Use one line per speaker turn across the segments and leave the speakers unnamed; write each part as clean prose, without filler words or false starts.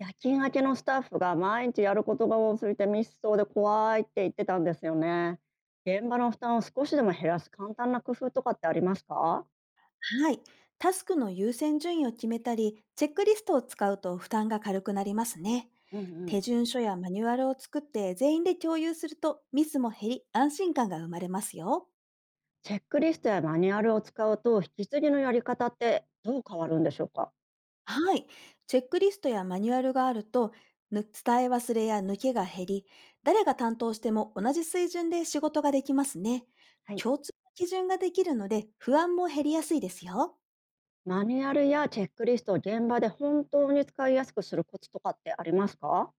夜勤明けのスタッフが毎日やることが多すぎてミスそうで怖いって言ってたんですよね。現場の負担を少しでも減らす簡単な工夫とかってありますか？
はい。タスクの優先順位を決めたり、チェックリストを使うと負担が軽くなりますね。
うんうん、
手順書やマニュアルを作って全員で共有するとミスも減り、安心感が生まれますよ。
チェックリストやマニュアルを使うと引き継ぎのやり方ってどう変わるんでしょうか？
はい。チェックリストやマニュアルがあると、ぬ伝え忘れや抜けが減り、誰が担当しても同じ水準で仕事ができますね。
はい、
共通の基準ができるので、不安も減りやすいですよ。
マニュアルやチェックリストを現場で本当に使いやすくするコツとかってありますか？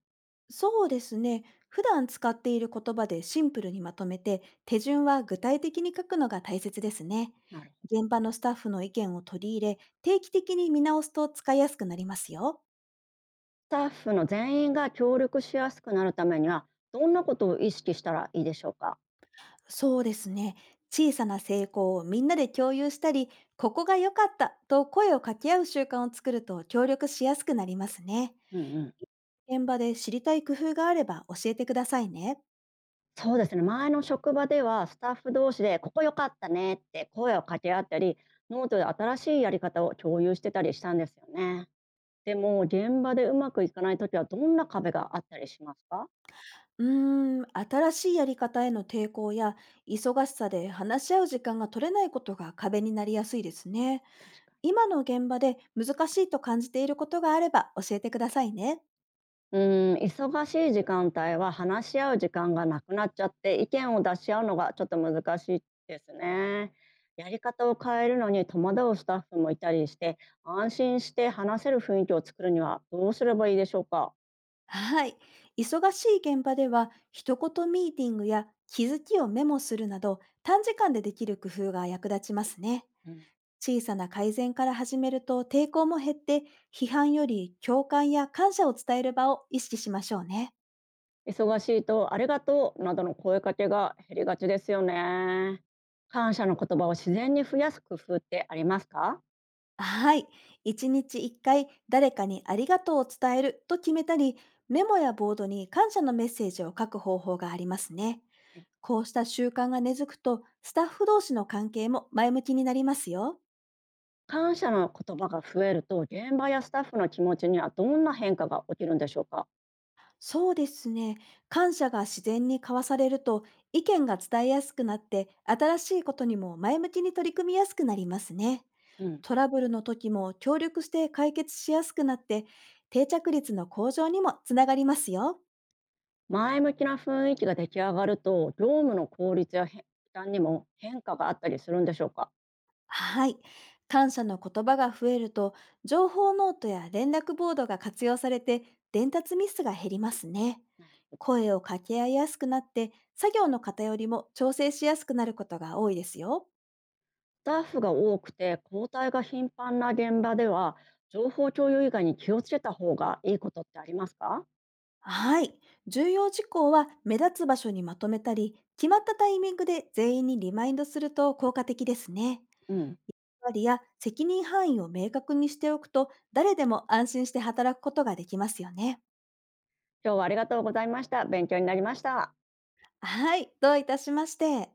そうですね。普段使っている言葉でシンプルにまとめて、手順は具体的に書くのが大切ですね。
なるほど。
現場のスタッフの意見を取り入れ、定期的に見直すと使いやすくなりますよ。
スタッフの全員が協力しやすくなるためにはどんなことを意識したらいいでしょうか？
そうですね。小さな成功をみんなで共有したり、ここが良かったと声を掛け合う習慣を作ると協力しやすくなりますね。
うんうん。
現場で知りたい工夫があれば教えてくださいね。
そうですね、前の職場ではスタッフ同士で「ここ良かったね」って声を掛け合ったり、ノートで新しいやり方を共有してたりしたんですよね。でも現場でうまくいかない時はどんな壁があったりしますか？
うーん、新しいやり方への抵抗や忙しさで話し合う時間が取れないことが壁になりやすいですね。
確かに。
今の現場で難しいと感じていることがあれば教えてくださいね。
忙しい時間帯は話し合う時間がなくなっちゃって意見を出し合うのがちょっと難しいですね。やり方を変えるのに戸惑うスタッフもいたりして、安心して話せる雰囲気を作るにはどうすればいいでしょうか？
はい。忙しい現場では一言ミーティングや気づきをメモするなど、短時間でできる工夫が役立ちますね。
うん。
小さな改善から始めると抵抗も減って、批判より共感や感謝を伝える場を意識しましょうね。
忙しいと「ありがとう」などの声かけが減りがちですよね。感謝の言葉を自然に増やす工夫ってありますか？
はい。1日1回誰かにありがとうを伝えると決めたり、メモやボードに感謝のメッセージを書く方法がありますね。
はい、
こうした習慣が根付くと、スタッフ同士の関係も前向きになりますよ。
感謝の言葉が増えると現場やスタッフの気持ちにはどんな変化が起きるんでしょうか？
そうですね。感謝が自然に交わされると、意見が伝えやすくなって、新しいことにも前向きに取り組みやすくなりますね。
うん、
トラブルの時も協力して解決しやすくなって、定着率の向上にもつながりますよ。
前向きな雰囲気が出来上がると業務の効率や、へ負担にも変化があったりするんでしょうか？
はい。感謝の言葉が増えると、情報ノートや連絡ボードが活用されて、伝達ミスが減りますね。
なるほど。ス
声を掛け合いやすくなって、作業の偏りも調整しやすくなることが多いですよ。
タッフが多くて交代が頻繁な現場では情報共有以外に気をつけた方がいいことってありますか？
はい。重要事項は目立つ場所にまとめたり、決まったタイミングで全員にリマインドすると効果的ですね。
うん。
割りや責任範囲を明確にしておくと、誰でも安心して働くことができますよね。
今日はありがとうございました。勉強になりました。
はい。どういたしまして。